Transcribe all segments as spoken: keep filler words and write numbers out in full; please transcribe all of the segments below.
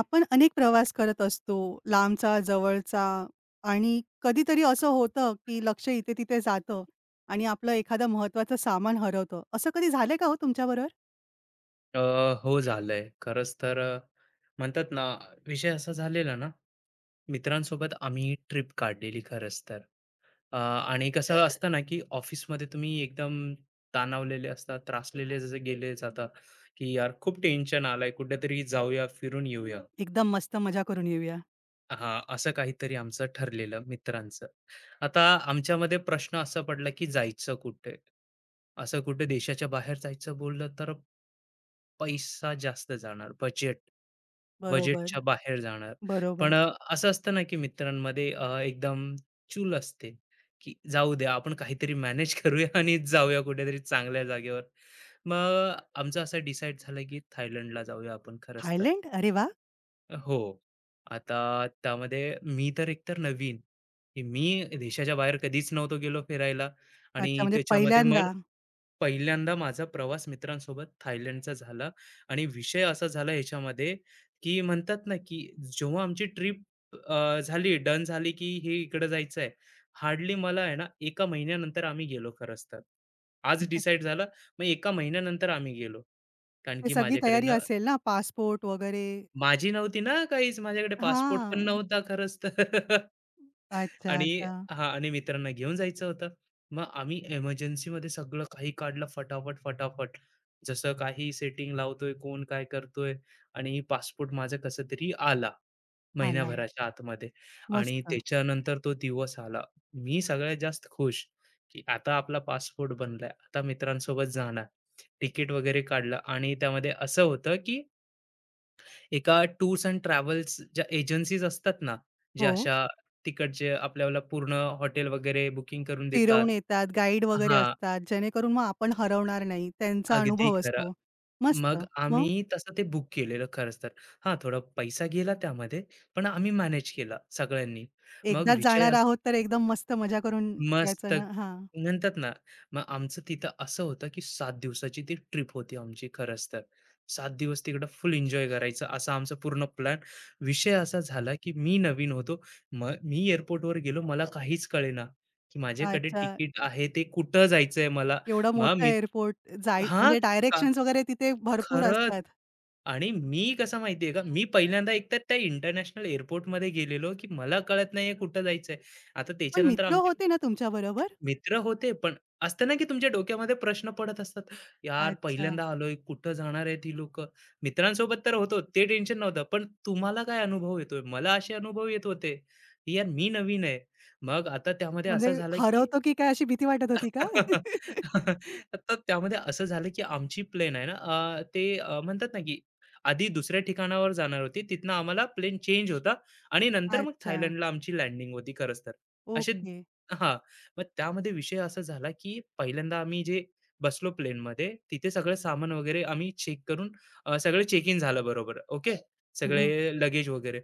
आपण अनेक प्रवास करत असतो, लांबचा, जवळचा आणि कधीतरी असं होतं, की लक्ष इथे-तिथे जातं आणि आपलं एखादं महत्त्वाचं सामान हरवतं. असं कधी झालंय का हो तुमच्याबरोबर? अ, हो झालंय. खरंच तर अ, म्हणतात ना, विषय असा झालेला ना, मित्रांसोबत आम्ही ट्रिप काढलेली खरंच तर. अ, आणि कसं बरं. असतं ना, की ऑफिसमध्ये तुम्ही एकदम तणावलेले असतात, त्रासलेले जसे गेले जाता, की यार खूप टेन्शन आलंय, कुठेतरी जाऊया, फिरून येऊया. एकदम मस्त मजा करून येऊया. हां, असं काहीतरी आमचं ठरलेलं मित्रांचं. आता आमच्यामध्ये प्रश्न असा पडला, की जायचं कुठे? असं कुठे देशाच्या बाहेर जायचं बोललं तर पैसा जास्त जाणार, बजेट. बजेटच्या बरोबर, बाहेर जाणार. पण बरोबर. अ, असं असतं ना, की मित्रांमध्ये अ, एकदम चूल असते, की जाऊ द्या आपण काहीतरी मॅनेज करूया आणि जाऊया कुठेतरी चांगल्या जागेवर. मग आमचं असं डिसाईड झालं, की थायलंडला जाऊया आपण खरंच तर. थायलंड? अरे वा, हो. आता त्यामध्ये मी तर एकतर नवीन, की मी देशाच्या बाहेर कधीच नव्हतो गेलो फिरायला अच्छा, आणि म्हणजे त्याच्यामध्ये पहिल्यांदा. पहिल्यांदा माझा प्रवास मित्रांसोबत थायलंडचा झाला आणि विषय असा झाला ह्याच्यामध्ये की म्हणतात ना की जेव्हा आमची ट्रिप झाली डन झाली की हे इकडे जायचं आहे. हार्डली मला आहे ना एका महिन्यानंतर आम्ही गेलो खरंच तर. आज डिसाईड झालं, मग एका महिन्यानंतर आम्ही गेलो, कारण ते की सगळी माझ्याकडे तयारी ना असेल ना, पासपोर्ट वगैरे? माझी नव्हती ना काहीच, माझ्याकडे पासपोर्ट पण हां. नव्हता खरंच तर. अच्छा, आणि अच्छा. हां, आणि मित्रांना घेऊन जायचं होतं. मग आम्ही एमर्जन्सीमध्ये सगळं काही काढलं फटाफट, फटाफट. जसं काही सेटिंग लावतोय, कोण काय करतोय, आणि पासपोर्ट माझं कसं तरी आला आला. महिन्याभराच्या आतमध्ये. आणि मस्त. त्याच्यानंतर तो दिवस आला. मी सगळ्यात जास्त खुश, की आता आपला पासपोर्ट बनलाय. आता मित्रांसोबत जाणार. तिकीट वगैरे काढलं आणि त्यामध्ये असं होतं, की एका टूर्स एंड ट्रॅव्हल्स ज्या एजन्सीज असतात ना, जे हो. अशा तिकडचे आपल्याला पूर्ण हॉटेल वगैरे बुकिंग करून देतात. फिरवून येतात, गाईड वगैरे हां, असतात, जेणेकरून मग आपण हरवणार नाही. त्यांचा अगदी अनुभव खरं. असतो. मस्त. मग आम्ही मग? तसं ते बुक केलेलं खरंच तर. हां, थोडा पैसा गेला त्यामध्ये, पण आम्ही मॅनेज केला सगळ्यांनी. मग एकदाच विषय जाणार असा आहोत, तर एकदम मस्त मजा करून मस्त यायचं ना हां. म्हणतात ना, मग आमचं तिथं असं होतं, की सात दिवसाची ती ट्रिप होती आमची खरंच तर. सात दिवस तिकडं फुल एन्जॉय करायचं असा आमचा पूर्ण प्लॅन. विषय असा झाला, की मी नवीन होतो. मग मी एअरपोर्टवर गेलो, मला काहीच कळेना, की माझ्याकडे अच्छा. तिकीट आहे ते कुठं जायचंय मला. एवढं मग मोठं मी एअरपोर्ट जाय हां, म्हणजे का डायरेक्शन्स वगैरे तिथे भरपूर खरंच. असतात. आणि मी कसं माहिती का, मी पहिल्यांदा एकतर त्या इंटरनॅशनल एअरपोर्टमध्ये गेलेलो, की मला कळत नाहीये कुठं जायचंय. आता पण त्याच्यानंतर मित्र आमचे होते ना तुमच्याबरोबर? मित्र होते, पण असतं ना, की तुमच्या डोक्यामध्ये प्रश्न पडत असतात. यार, अच्छा. पहिल्यांदा आलोय, कुठं जाणार आहेत ही लोकं? मित्रांसोबत तर होतो, ते टेन्शन नव्हतं. पण तुम्हाला काय अनुभव येतोय? मला असे अनुभव येत होते, की यार मी नवीन आहे. मग आता त्यामध्ये म्हणजे असं झालं, की हरवतो की काय अशी भीती वाटत होती का? तर त्यामध्ये असं झालं, की आमची प्लेन आहे ना, अ, ते अ, म्हणतात ना, की आधी दुसऱ्या ठिकाणावर जाणार होती. तिथनं आम्हाला प्लेन चेंज होता आणि नंतर मग अच्छा. थायलंडला आमची लँडिंग होती खरंच तर. असे ओके. हां, मग त्यामध्ये विषय असा झाला, की पहिल्यांदा आम्ही जे बसलो प्लेनमध्ये, तिथे सगळं सामान वगैरे आम्ही चेक करून अ, सगळं चेक इन झालं बरोबर. ओके. सगळे लगेज वगैरे.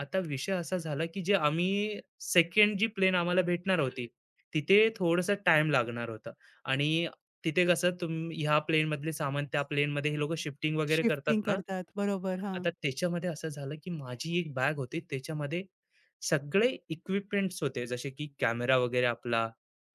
आता विषय असा झाला, की जे आम्ही दुसरी जी प्लेन आम्हाला भेटणार होती तिथे थोडंसं टाइम लागणार होता, आणि तिथे कसं तुम ह्या प्लेनमधले सामान त्या प्लेनमध्ये हे लोक शिफ्टिंग वगैरे करतात शिफ्टिंग ना, करतात. बरोबर. हां. आता त्याच्यामध्ये असं झालं, की माझी एक बॅग होती त्याच्यामध्ये सगळे इक्विपमेंट्स होते, जसे की कॅमेरा वगैरे आपला,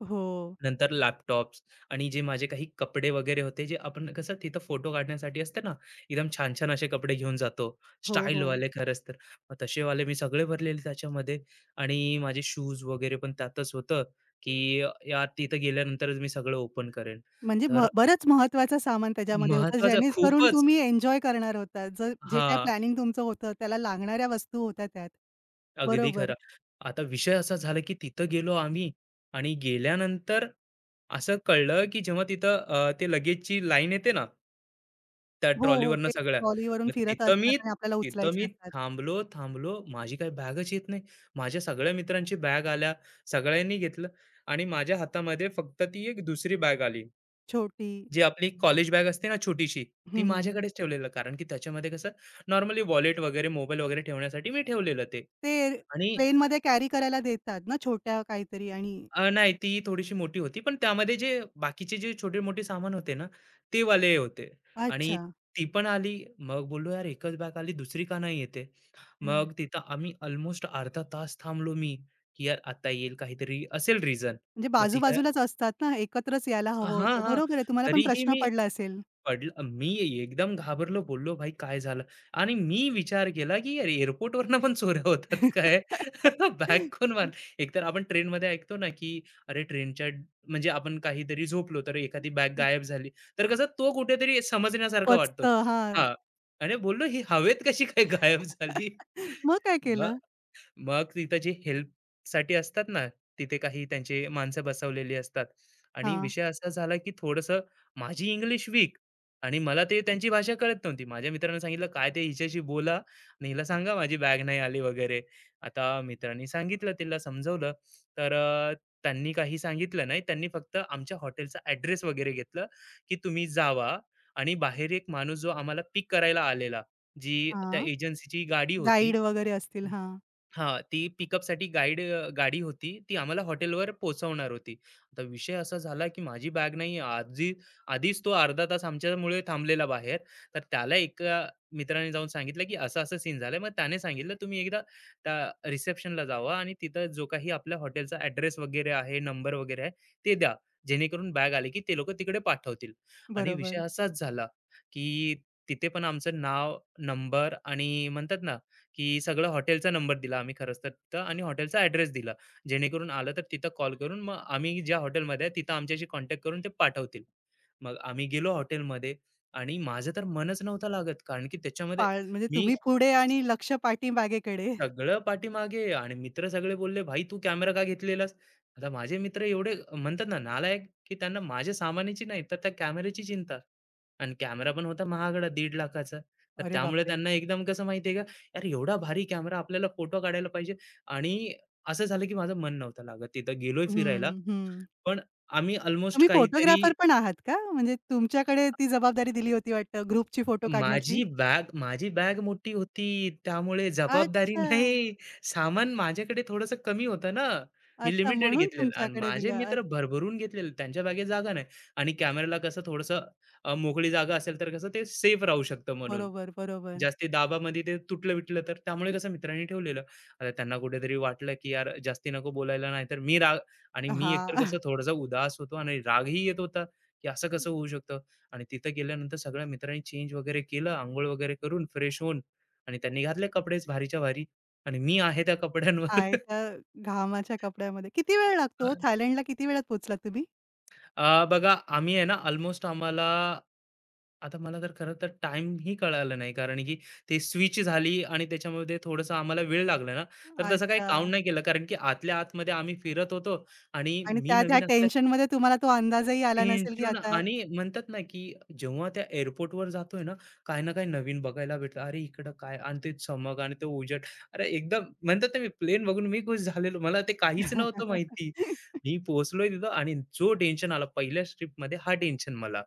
हो. नंतर लॅपटॉप्स आणि जे माझे काही कपडे वगैरे होते, जे आपण कसं तिथं फोटो काढण्यासाठी असते ना, एकदम छान-छान असे कपडे घेऊन जातो, हो, हो. स्टाईलवाले खरंच तर. मग तसे वाले मी सगळे भरलेले त्याच्यामध्ये आणि माझे शूज वगैरे पण त्यातच होतं, की अ, यार तिथं गेल्यानंतरच मी सगळं ओपन करेन. म्हणजे तर म बरंच महत्वाचं सामान त्याच्यामध्ये होतं, महत्त्वाचं जेणेकरून खूपच, तुम्ही एन्जॉय करणार होता. जर जे काही हां, प्लॅनिंग तुमचं होतं, त्याला लागणाऱ्या वस्तू होत्या त्यात. अगदी बरोबर. खरं. आता विषय असा झाला, की तिथं गेलो आम्ही आणि गेल्यानंतर असं कळलं, की जेव्हा तिथं अ, ते लगेजची लाईन येते ना त्या हो, हो. ट्रॉलीवरनं ते सगळ्या. ट्रॉलीवरून मग फिरत तिथं असतात मी आणि आपल्याला तिथं उचलायचे मी असतात. थांबलो, थांबलो. माझी काही बॅगच येत नाही. माझ्या सगळ्या मित्रांची बॅग आल्या. सगळ्यांनी घेतलं आणि माझ्या हातामध्ये फक्त ती एक दुसरी बॅग आली. छोटी जी आपली कॉलेज बॅग असते ना छोटीशी, ती हं, हं, हं. माझ्याकडेच ठेवलेलं. कारण की त्याच्यामध्ये कसं नॉर्मली वॉलेट वगैरे, मोबाईल वगैरे ठेवण्यासाठी मी ठेवलेलं ते, ते आणि प्लेनमध्ये कॅरी करायला देतात ना, छोट्या काहीतरी आणि अ, नाही ती थोडीशी मोठी होती. पण त्यामध्ये जे बाकीचे जे छोटे-मोठे सामान होते ना, ते वाले होते आणि अच्छा. ती पण आली. मग बोललो, "यार एकच बॅग आली, दुसरी का नाही येते?" हं. मग तिथं आम्ही अल्मोस्ट अर्धा तास थांबलो मी, की यार आता येईल काहीतरी असेल रिझन. म्हणजे मग ती बाजू काय, असतात ना, एकत्रच यायला हवं हां, होतं. हां. बरोबर आहे, तुम्हाला पण तरीही प्रश्न मी पडला असेल. पडलं मी एकदम घाबरलो, बोललो, "भाई काय झालं?" आणि मी विचार केला, की यार एअरपोर्टवरनं पण चोऱ्या होतात काय? बॅग कोण मार, एकतर आपण ट्रेनमध्ये ऐकतो ना, की अरे ट्रेनच्या, म्हणजे आपण काहीतरी झोपलो, तर एखादी बॅग गायब झाली, तर कसं तो कुठेतरी समजण्यासारखा वाटतो. पचतं. हां. हां. आणि बोललो, "ही हवेत कशी काय गायब झाली?" मग काय केलं? मग तिथं जे हेल्पसाठी असतात ना, तिथे काही त्यांचे माणसं बसवलेली असतात आणि हां, विषय असा झाला, की थोडंसं माझी इंग्लिश वीक आणि मला ते त्यांची भाषा कळत नव्हती. माझ्या मित्रानं सांगितलं, "काय ते हिच्याशी बोला आणि हिला सांगा माझी बॅग नाही आली वगैरे." आता मित्रांनी सांगितलं, तिला समजवलं. तर अ, त्यांनी काही सांगितलं नाही. त्यांनी फक्त आमच्या हॉटेलचा ॲड्रेस वगैरे घेतलं, की तुम्ही जावा, आणि बाहेर एक माणूस जो आम्हाला पिक करायला आलेला, जी त्या हां. एजन्सीची गाडी होती. गाईड वगैरे असतील. हां, हां, ती पिकअपसाठी गाईड गाडी होती. ती आम्हाला हॉटेलवर पोहोचवणार होती. आता विषय असा झाला, की माझी बॅग नाही आधी, आधीच तो अर्धा तास आमच्यामुळे थांबलेला बाहेर. तर त्याला एका मित्राने जाऊन सांगितलं, की असा-असा सीन झालाय. मग त्याने सांगितलं, "तुम्ही एकदा त्या रिसेप्शनला जावा आणि तिथं जो काही आपल्या हॉटेलचा ॲड्रेस वगैरे आहे, नंबर वगैरे आहे, ते द्या. जेणेकरून बॅग आली, की ते लोकं तिकडे पाठवतील." आणि विषय बरोबर. असाच झाला, की तिथे पण आमचं नाव, नंबर, आणि म्हणतात ना की सगळं हॉटेलचा नंबर दिला आम्ही खरंच तर तिथं, आणि हॉटेलचा ॲड्रेस दिला. जेणेकरून आलं तर तिथं कॉल करून मग आम्ही ज्या हॉटेलमध्ये आहे तिथं आमच्याशी कॉन्टॅक्ट करून ते पाठवतील. मग आम्ही गेलो हॉटेलमध्ये आणि माझं तर मनच नव्हतं लागत, कारण की त्याच्यामध्ये पाळ म्हणजे मी तुम्ही पुढे आणि लक्ष पाठीमागेकडे. सगळं पाठीमागे, आणि मित्र सगळे बोलले, "भाई तू कॅमेरा का घेतलेलास?" आता माझे मित्र एवढे म्हणतात ना नालायक, की त्यांना माझ्या सामानाची नाही तर त्या कॅमेऱ्याची चिंता. आणि कॅमेरा पण होता महागडा दीड लाखाचा. तर अरे त्यामुळे बापरे! त्यांना एकदम कसं माहिती का, यार एवढा भारी कॅमेरा आपल्याला फोटो काढायला पाहिजे, आणि असं झालं, की माझं मन नव्हतं लागत. तिथं गेलोय फिरायला, हं, हं. पण आम्ही अल्मोस्ट तुम्ही काहीतरी, फोटोग्राफर पण आहात का? म्हणजे तुमच्याकडे ती जबाबदारी दिली होती वाटतं ग्रुपची फोटो काढण्याची? माझी बॅग माझी बॅग मोठी होती, त्यामुळे जबाबदारी अच्छा, नाही. सामान माझ्याकडे थोडंसं कमी होतं ना. मी अच्छा लिमिटेड म्हणून घेतलेलं आणि तुमच्याकडे माझे दिलं. अच्छ मित्र भरभरून घेतलेले. त्यांच्या बॅगेत जागा नाही, आणि कॅमेराला कसं थोडंसं अ, मोकळी जागा असेल तर कसं ते सेफ राहू शकतं म्हणून. बरोबर, बरोबर. जास्ती दाबामध्ये ते तुटलं-बिटलं तर, त्यामुळे कसं मित्रांनी ठेवलेलं. आता त्यांना कुठेतरी वाटलं, की यार जास्ती नको बोलायला, नाहीतर मी राग, आणि मी एकतर हां. कसं थोडासा उदास होतो आणि रागही येत होता, की असं कसं होऊ शकतं? आणि तिथं गेल्यानंतर सगळ्या मित्रांनी चेंज वगैरे केलं, अंघोळ वगैरे करून फ्रेश होऊन, आणि त्यांनी घातले कपडेच भारीच्या भारी आणि मी आहे त्या कपड्यांवर. आहे त्या घामाच्या कपड्यामध्ये. किती वेळ लागतो? थायलंडला किती वेळात पोहोचलात तुम्ही? अ, बघा आम्ही आहे ना ऑलमोस्ट आम्हाला, आता मला तर खरं तर टाइम ही कळाला नाही, कारण की ते स्विच झाली आणि त्याच्यामध्ये थोडंसं आम्हाला वेळ लागला ना, तर तसं काही अच्छा. काउंट नाही केलं, कारण की आतल्या आतमध्ये आम्ही फिरत होतो आणि आणि मी त्या, त्या नवीन. टेन्शनमध्ये तुम्हाला तो अंदाजही आला नसेल, की टेन्शन, आता आणि म्हणतात ना, की जेव्हा त्या एअरपोर्टवर जातोय ना, काही ना काही नवीन बघायला भेटलं. अरे, इकडं काय आणि ते चमक आणि ते उजेड. अरे, एकदम म्हणतात ना, मी प्लेन बघून मी खुश झालेलो. मला ते काहीच नव्हतं माहिती. मी पोहोचलोय तिथं आणि जो टेन्शन आला पहिल्याच ट्रिपमध्ये, हा टेन्शन मला.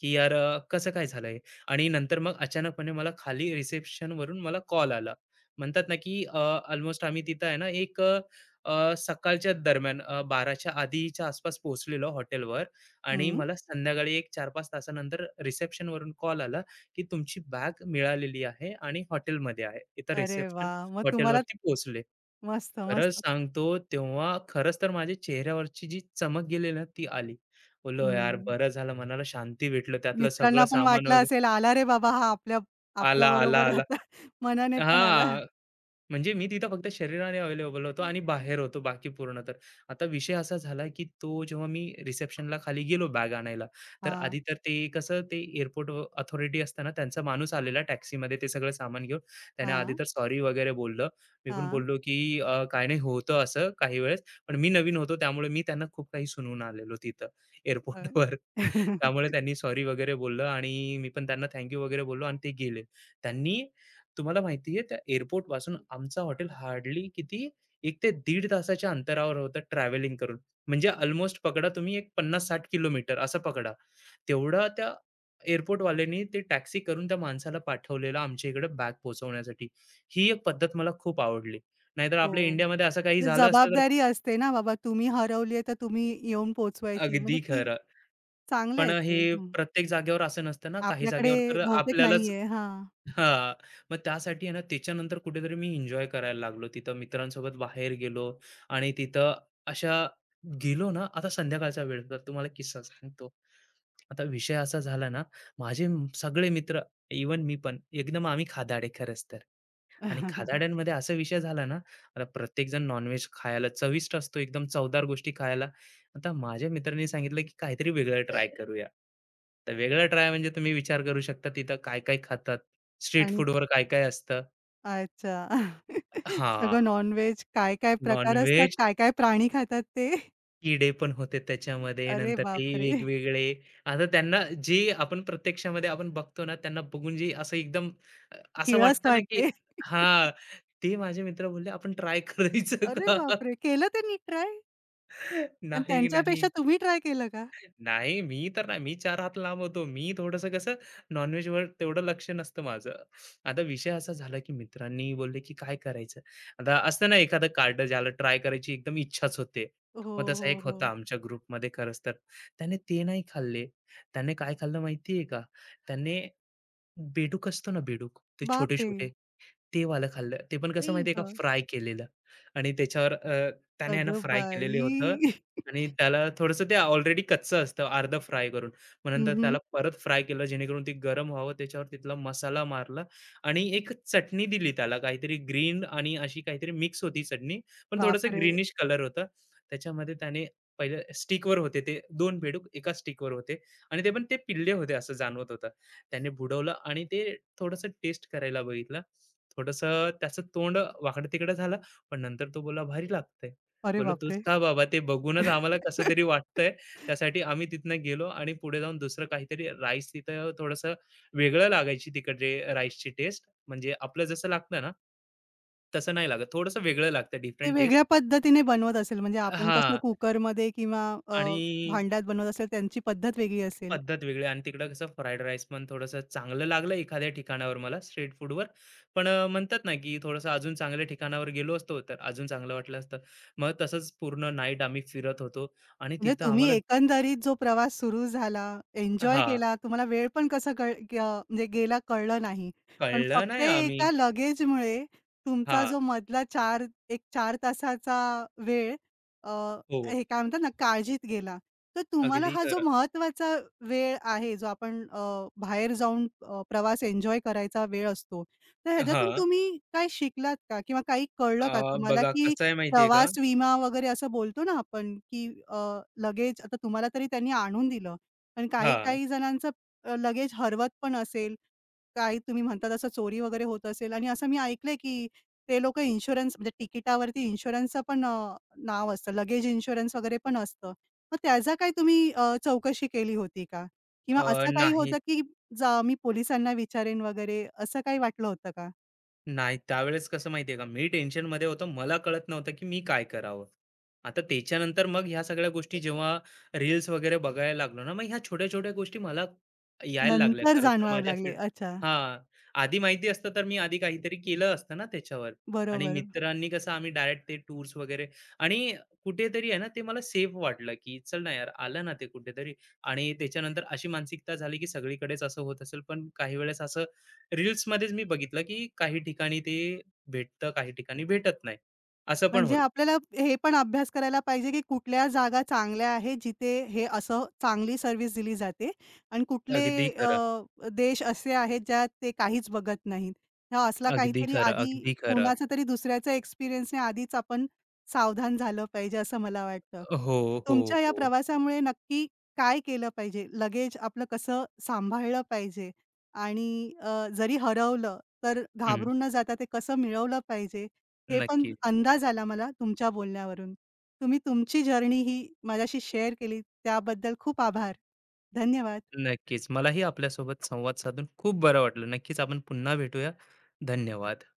की यार अ, कसं काय झालंय? आणि नंतर मग अचानकपणे मला खाली रिसेप्शन वरून मला कॉल आला. म्हणतात ना, की अ, अल्मोस्ट आम्ही तिथं आहे ना, एक अ, अ, सकाळच्या दरम्यान अ, 12:00च्या आधीच्या आसपास पोहोचलेलो हॉटेलवर, आणि हं. मला संध्याकाळी एक चार पाच तासानंतर रिसेप्शनवरून कॉल आला, की तुमची बॅग मिळालेली आहे आणि हॉटेलमध्ये आहे. इथं अरे रिसेप्शन, वाह! मग तुम्हाला हॉटेलवरती पोहोचले. मस्त, खरंच मस्त. सांगतो, तेव्हा खरंच तर माझ्या चेहऱ्यावरची जी चमक गेली ना ती आली. बोललो यार हं. बरं झालं, मनाला शांती भेटलं. त्यातलं सगळं मित्रांना पण सामान वाटलं वगैरे असेल, आला रे बाबा हा आपल्या आला, आला, आपल्याबरोबर आला. आता मनाने पण आला. हां. म्हणजे मी तिथं फक्त शरीराने अवेलेबल होतो आणि बाहेर होतो बाकी पूर्ण तर. आता विषय असा झाला, की तो जेव्हा मी रिसेप्शनला खाली गेलो बॅग आणायला, तर हां, आधी तर ते कसं ते एअरपोर्ट अ, अथॉरिटी असताना त्यांचा माणूस आलेला टॅक्सीमध्ये ते सगळं सामान घेऊन. त्याने आधी हां, तर सॉरी वगैरे बोललं. मी पण हां. बोललो, की अ, "काही नाही होतं असं काही वेळेस." पण मी नवीन होतो त्यामुळे मी त्यांना खूप काही सुनवून आलेलो तिथं अ, एअरपोर्टवर. त्यामुळे त्यांनी सॉरी वगैरे बोललं आणि मी पण त्यांना थँक यू वगैरे बोललो आणि ते गेले. त्यांनी, तुम्हाला माहिती आहे त्या एअरपोर्टपासून आमचं हॉटेल हार्डली किती एक ते दीड तासाच्या अंतरावर होतं ट्रॅव्हलिंग करून. म्हणजे अल्मोस्ट पकडा तुम्ही एक पन्नास साठ किलोमीटर असं पकडा. तेवढं त्या एअरपोर्टवाल्यानी ते टॅक्सी करून त्या माणसाला पाठवलेलं आमच्या इकडं बॅग पोहोचवण्यासाठी. ही एक पद्धत मला खूप आवडली. नाहीतर आपल्या हो. इंडियामध्ये असं काही म्हणजे झालं असतं तर, जबाबदारी असते ना बाबा, तुम्ही हरवली आहे, तर तुम्ही येऊन पोहोचवायची. म्हणजे अगदी ती खरं. चांगलं पण आहे हे ते. हं. प्रत्येक जागेवर असं नसतं ना, काही आपल्याकडे जागेवर तर बहुतेक आपल्यालाच नाहीये. हां. हां. मग त्यासाठी आहे ना, त्याच्यानंतर कुठेतरी मी एन्जॉय करायला लागलो. तिथं मित्रांसोबत बाहेर गेलो आणि तिथं अशा गेलो ना, आता संध्याकाळचा वेळ तर तुम्हाला किस्सा सांगतो. आता विषय असा झाला ना, माझे म- सगळे मित्र, इवन मी पण एकदम आम्ही खादाडे खरंच तर. आणि खादाड्यांमध्ये असा विषय झाला ना, आता प्रत्येकजण नॉन-व्हेज खायला चविष्ट असतो, एकदम चवदार गोष्टी खायला. आता माझ्या मित्रांनी सांगितलं की काहीतरी वेगळं ट्राय करूया. तर वेगळं ट्राय म्हणजे तुम्ही विचार करू शकता तिथं काय-काय खातात, स्ट्रीट आणि फूडवर काय-काय असतं. अच्छा. हां, सगळं नॉन-व्हेज काय-काय प्रकार असतात, नॉन-व्हेज काय-काय प्राणी खातात ते? किडे पण होते त्याच्यामध्ये. अरे नंतर ते बापरे! वेगवेगळे, आता त्यांना जे आपण प्रत्यक्षामध्ये आपण बघतो ना, त्यांना बघून जे असं एकदम अ, असं किळस वाटतं ना की, वाटते. हां, ते माझे मित्र बोलले, "आपण ट्राय करायचं अरे का?" बापरे! केलं त्यांनी ट्राय? आणि नाही, नाही. त्यांच्यापेक्षा तुम्ही ट्राय केलं का? नाही, मी तर नाही. मी चार हात लांब होतो. मी थोडंसं कसं, नॉन-व्हेजवर तेवढं लक्ष नसतं माझं. आता विषय असा झाला, की मित्रांनी बोलले, की "काय करायचं?" आता असतं ना एखादं कार्ड ज्याला ट्राय करायची एकदम इच्छाच होते. हो, मग तसा हो, एक होता हो. आमच्या ग्रुपमध्ये खरंच तर. त्याने ते नाही खाल्ले. त्याने काय खाल्लं माहिती का? त्याने, बेडूक असतो ना बेडूक, ते बापरे! छोटे-छोटे, ते वालं खाल्लं. ते पण कसं आई माहिती आहे का गं! फ्राय केलेलं, आणि त्याच्यावर अ, त्याने आहे ना अगं फ्राय बाई! केलेलं होतं, आणि त्याला थोडंसं ते ऑलरेडी कच्चं असतं अर्धं फ्राय करून. मग हं, नंतर हं. त्याला परत फ्राय केलं जेणेकरून ते गरम व्हावं, त्याच्यावर तिथला मसाला मारला, आणि एक चटणी दिली त्याला, काहीतरी ग्रीन आणि अशी काहीतरी मिक्स होती चटणी, पण थोडंसं बापरे! ग्रीनिश कलर होतं. त्याच्यामध्ये त्याने पहिले स्टिकवर होते, ते दोन बेडूक एका स्टिकवर होते, आणि ते पण ते पिल्ले होते असं जाणवत होतं. त्याने बुडवलं, आणि ते थोडंसं टेस्ट करायला बघितलं. थोडंसं त्याचं तोंड वाकडं-तिकडं झालं, पण नंतर तो बोला "भारी लागतंय." अरे बोललो, "तूच बापरे! खा बाबा, ते बघूनच आम्हाला कसं तरी वाटतंय." त्यासाठी आम्ही तिथनं गेलो आणि पुढे जाऊन दुसरं काहीतरी राईस, तिथं थोडंसं वेगळं लागायची तिकडची राईसची टेस्ट. म्हणजे आपलं जसं लागतं ना, तसं नाही लागत. थोडंसं वेगळं लागतं, ते डिफरंट टेस्ट. वेगळ्या पद्धतीने बनवत असेल म्हणजे आपण कसं हां. कुकरमध्ये किंवा अ, आणि भांड्यात बनवत असेल त्यांची पद्धत वेगळी असेल. पद्धत वेगळी, आणि तिकडं कसं फ्राईड राईस पण थोडंसं चांगलं लागलं एखाद्या ठिकाणावर मला स्ट्रीट फूडवर. पण अ, म्हणतात ना, की थोडंसं अजून चांगल्या ठिकाणावर गेलो असतो, तर अजून चांगलं वाटलं असतं. मग तसंच पूर्ण नाईट आम्ही फिरत होतो आणि म्हणजे तिथं तुम्ही आम्हाला, एकंदरीत जो प्रवास सुरू झाला, एन्जॉय हां, केला, तुम्हाला वेळ पण कसा कळ क म्हणजे गेला कळलं नाही. पण कळलं फक्त नाही आम्ही, एका लगेजमुळे तुमचा हां, जो मधला चार एक चार तासाचा वेळ अ, हो, हे काय म्हणतात ना, काळजीत गेला. तर तुम्हाला अगदी हा जो खरं. महत्त्वाचा वेळ आहे, जो आपण अ, बाहेर जाऊन अ, प्रवास एन्जॉय करायचा वेळ असतो. तर ह्याच्यातून हां, तुम्ही काय शिकलात का? किंवा काही कळलं अ, का तुम्हाला बघा की कसं आहे माहिती का? प्रवास विमा वगैरे असं बोलतो ना आपण, की अ, लगेज आता तुम्हाला तरी त्यांनी आणून दिलं. पण हां, काही-काही जणांचं अ, लगेज हरवत पण असेल. काही तुम्ही म्हणता तसं चोरी वगैरे होत असेल आणि असं मी ऐकलंय, की ते लोकं इन्शुरन्स म्हणजे तिकिटावरती इन्शुरन्सचं पण अ, नाव असतं. लगेज इन्शुरन्स वगैरे पण असतं. मग त्याचा काही तुम्ही अ, चौकशी केली होती का? किंवा अ, असं काही नाही होतं, की जा मी पोलिसांना विचारेन वगैरे असं काही वाटलं होतं का? नाही, त्यावेळेस कसं माहिती आहे का, मी टेन्शनमध्ये होतो. मला कळत नव्हतं, की मी काय करावं? आता त्याच्यानंतर मग ह्या सगळ्या गोष्टी जेव्हा रील्स वगैरे बघायला लागलो ना, मग ह्या छोट्या-छोट्या गोष्टी मला यायला लागल्या. नंतर खरं तर जाणवावं माझ्या लागले. फील्ड, अच्छा. हां, आधी माहिती असतं तर मी आधी काहीतरी केलं असतं ना त्याच्यावर. आणि बरोबर. मित्रांनी कसं आम्ही डायरेक्ट ते टूर्स वगैरे, आणि कुठेतरी आहे ना, ते मला सेफ वाटलं, की चल ना यार, आलं ना ते कुठेतरी, आणि त्याच्यानंतर अशी मानसिकता झाली, की सगळीकडेच असं होत असेल, पण काही वेळेस असं रील्समध्येच मी बघितलं, की काही ठिकाणी ते भेटतं, काही ठिकाणी भेटत नाही. असं पण म्हणजे होतं. आपल्याला हे पण अभ्यास करायला पाहिजे, की कुठल्या जागा चांगल्या आहेत, जिथे हे असं चांगली सर्व्हिस दिली जाते आणि कुठले अगदी खरं, अ, देश असे आहेत, ज्यात ते काहीच बघत नाहीत. हा असला अगदी काहीतरी खरं, आधी अगदी खरं. कोणाचा तरी दुसऱ्याचा एक्सपिरियन्सने आधीच आपण सावधान झालं पाहिजे, असं मला वाटतं. हो, हो, तुमच्या या हो. प्रवासामुळे नक्की काय केलं पाहिजे? लगेज आपलं कसं सांभाळलं पाहिजे आणि अ, जरी हरवलं, तर हं. घाबरून न जाता ते कसं मिळवलं पाहिजे? हे पण नक्की, अंदाज आला मला तुमच्या बोलण्यावरून. तुम्ही तुमची जर्नी ही माझ्याशी शेअर केली त्याबद्दल खूप आभार. धन्यवाद. नक्कीच. मलाही आपल्यासोबत संवाद साधून खूप बरं वाटलं. नक्कीच आपण पुन्हा भेटूया. धन्यवाद.